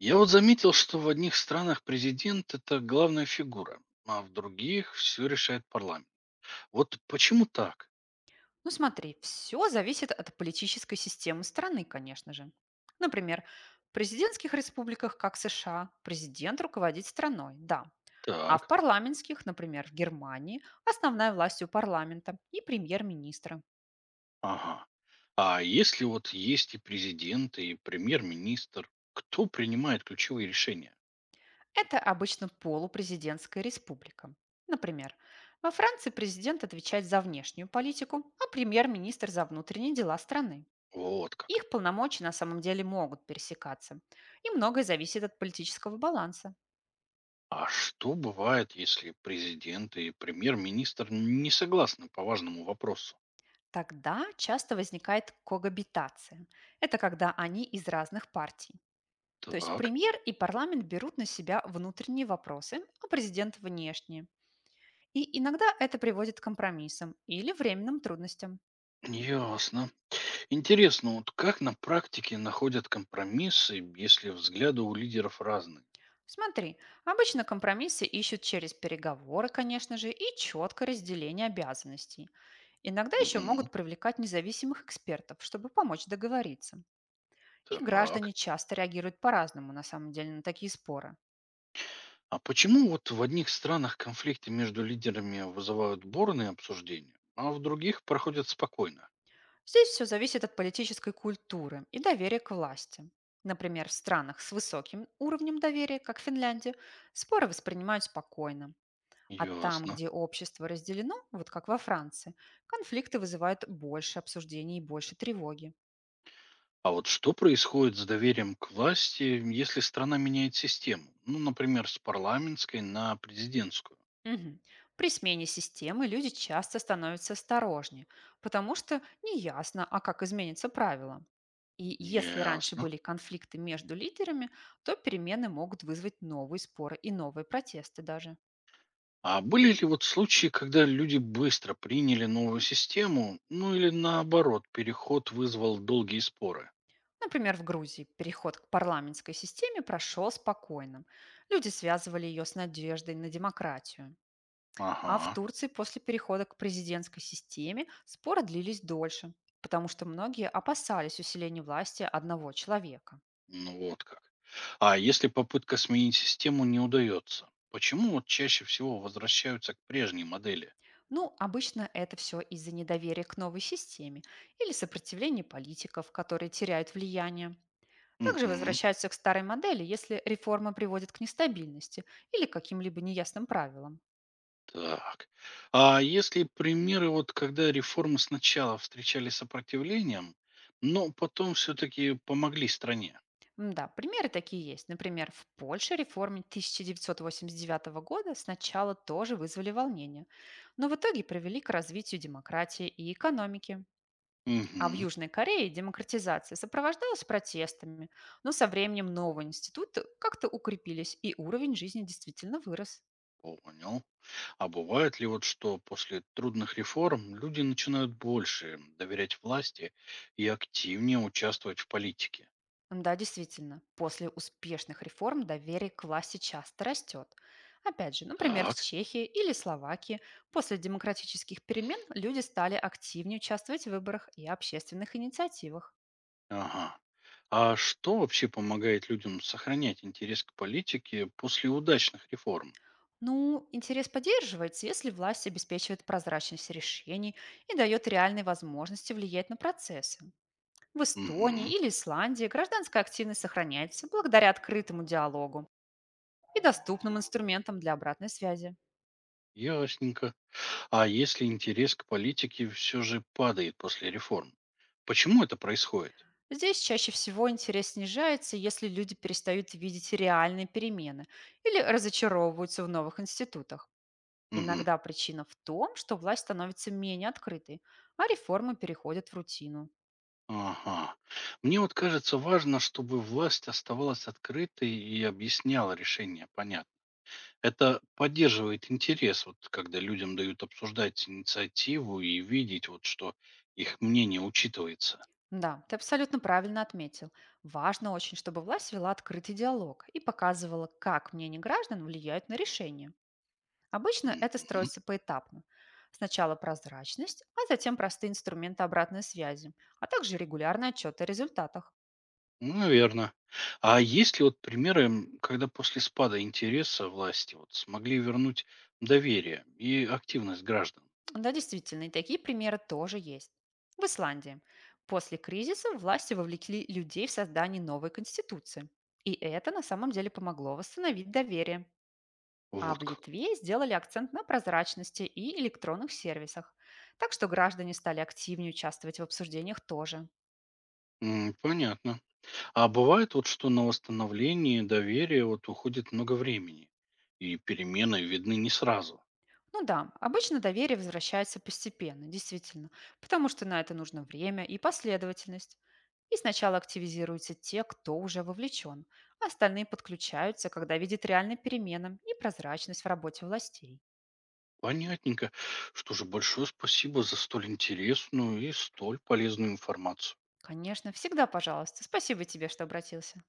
Я вот заметил, что в одних странах президент– это главная фигура, а в других все решает парламент. Вот почему так? Ну смотри, все зависит от политической системы страны, конечно же. Например, в президентских республиках, как США, президент руководит страной, да. А в Так, парламентских, например, в Германии, основная власть у парламента и премьер-министра. ага. А если вот есть и президент, и премьер-министр, кто принимает ключевые решения? Это обычно полупрезидентская республика. Например, во Франции президент отвечает за внешнюю политику, а премьер-министр за внутренние дела страны. Вот как. Их полномочия на самом деле могут пересекаться, и многое зависит от политического баланса. А что бывает, если президент и премьер-министр не согласны по важному вопросу? Тогда часто возникает когабитация. Это когда они из разных партий. То есть Так, премьер и парламент берут на себя внутренние вопросы, а президент– внешние. И иногда это приводит к компромиссам или временным трудностям. ясно. Интересно, вот как на практике находят компромиссы, если взгляды у лидеров разные? Смотри, обычно компромиссы ищут через переговоры, конечно же, и четкое разделение обязанностей. Иногда еще Мгм. могут привлекать независимых экспертов, чтобы помочь договориться. И Так. граждане часто реагируют по-разному, на самом деле, на такие споры. А почему вот в одних странах конфликты между лидерами вызывают бурные обсуждения, а в других проходят спокойно? Здесь все зависит от политической культуры и доверия к власти. Например, в странах с высоким уровнем доверия, как Финляндия, споры воспринимают спокойно. А там, Ясно. где общество разделено, вот как во Франции, конфликты вызывают больше обсуждений и больше тревоги. А вот что происходит с доверием к власти, если страна меняет систему? Ну, например, с парламентской на президентскую. Мгм. При смене системы люди часто становятся осторожнее, потому что неясно, а как изменятся правила. И если раньше Ясно. были конфликты между лидерами, то перемены могут вызвать новые споры и новые протесты даже. А были ли вот случаи, когда люди быстро приняли новую систему, ну или наоборот, переход вызвал долгие споры? Например, в Грузии переход к парламентской системе прошел спокойным. Люди связывали ее с надеждой на демократию. А в Ага. Турции после перехода к президентской системе споры длились дольше, потому что многие опасались усиления власти одного человека. Ну вот как. А если попытка сменить систему не удается, почему вот чаще всего возвращаются к прежней модели? Ну, обычно это все из-за недоверия к новой системе или сопротивления политиков, которые теряют влияние. Также Мгм. возвращаются к старой модели, если реформа приводит к нестабильности или к каким-либо неясным правилам. Так. А если примеры, вот когда реформы сначала встречали сопротивлением, но потом все-таки помогли стране? Да, примеры такие есть. Например, в Польше реформы 1989 года сначала тоже вызвали волнение, но в итоге привели к развитию демократии и экономики. А в Мгм. Южной Корее демократизация сопровождалась протестами, но со временем новые институты как-то укрепились, и уровень жизни действительно вырос. Понял. А бывает ли вот что после трудных реформ люди начинают больше доверять власти и активнее участвовать в политике? Да, действительно, после успешных реформ доверие к власти часто растет. Опять же, например, в Так. Чехии или Словакии после демократических перемен люди стали активнее участвовать в выборах и общественных инициативах. Ага. А что вообще помогает людям сохранять интерес к политике после удачных реформ? Ну, интерес поддерживается, если власть обеспечивает прозрачность решений и дает реальные возможности влиять на процессы. В Эстонии Угу. или Исландии гражданская активность сохраняется благодаря открытому диалогу и доступным инструментам для обратной связи. Ясненько. А если интерес к политике все же падает после реформ? Почему это происходит? Здесь чаще всего интерес снижается, если люди перестают видеть реальные перемены или разочаровываются в новых институтах. Угу. Иногда причина в том, что власть становится менее открытой, а реформы переходят в рутину. Ага. Мне вот кажется важно, чтобы власть оставалась открытой и объясняла решения, понятно. Это поддерживает интерес, вот когда людям дают обсуждать инициативу и видеть, вот что их мнение учитывается. Да, ты абсолютно правильно отметил. Важно очень, чтобы власть вела открытый диалог и показывала, как мнение граждан влияет на решения. Обычно это Мгм. строится поэтапно. Сначала прозрачность, а затем простые инструменты обратной связи, а также регулярные отчеты о результатах. Ну, наверно. А есть ли вот примеры, когда после спада интереса власти вот смогли вернуть доверие и активность граждан? Да, действительно, и такие примеры тоже есть. В Исландии после кризиса власти вовлекли людей в создание новой конституции. И это на самом деле помогло восстановить доверие. А в Вот как. Литве сделали акцент на прозрачности и электронных сервисах. Так что граждане стали активнее участвовать в обсуждениях тоже. Понятно. А бывает вот, что на восстановление доверия вот уходит много времени, и перемены видны не сразу. Ну да, обычно доверие возвращается постепенно, действительно, потому что на это нужно время и последовательность. И сначала активизируются те, кто уже вовлечен, а остальные подключаются, когда видят реальные перемены и прозрачность в работе властей. Понятненько. Что же, большое спасибо за столь интересную и столь полезную информацию. Конечно, всегда пожалуйста. Спасибо тебе, что обратился.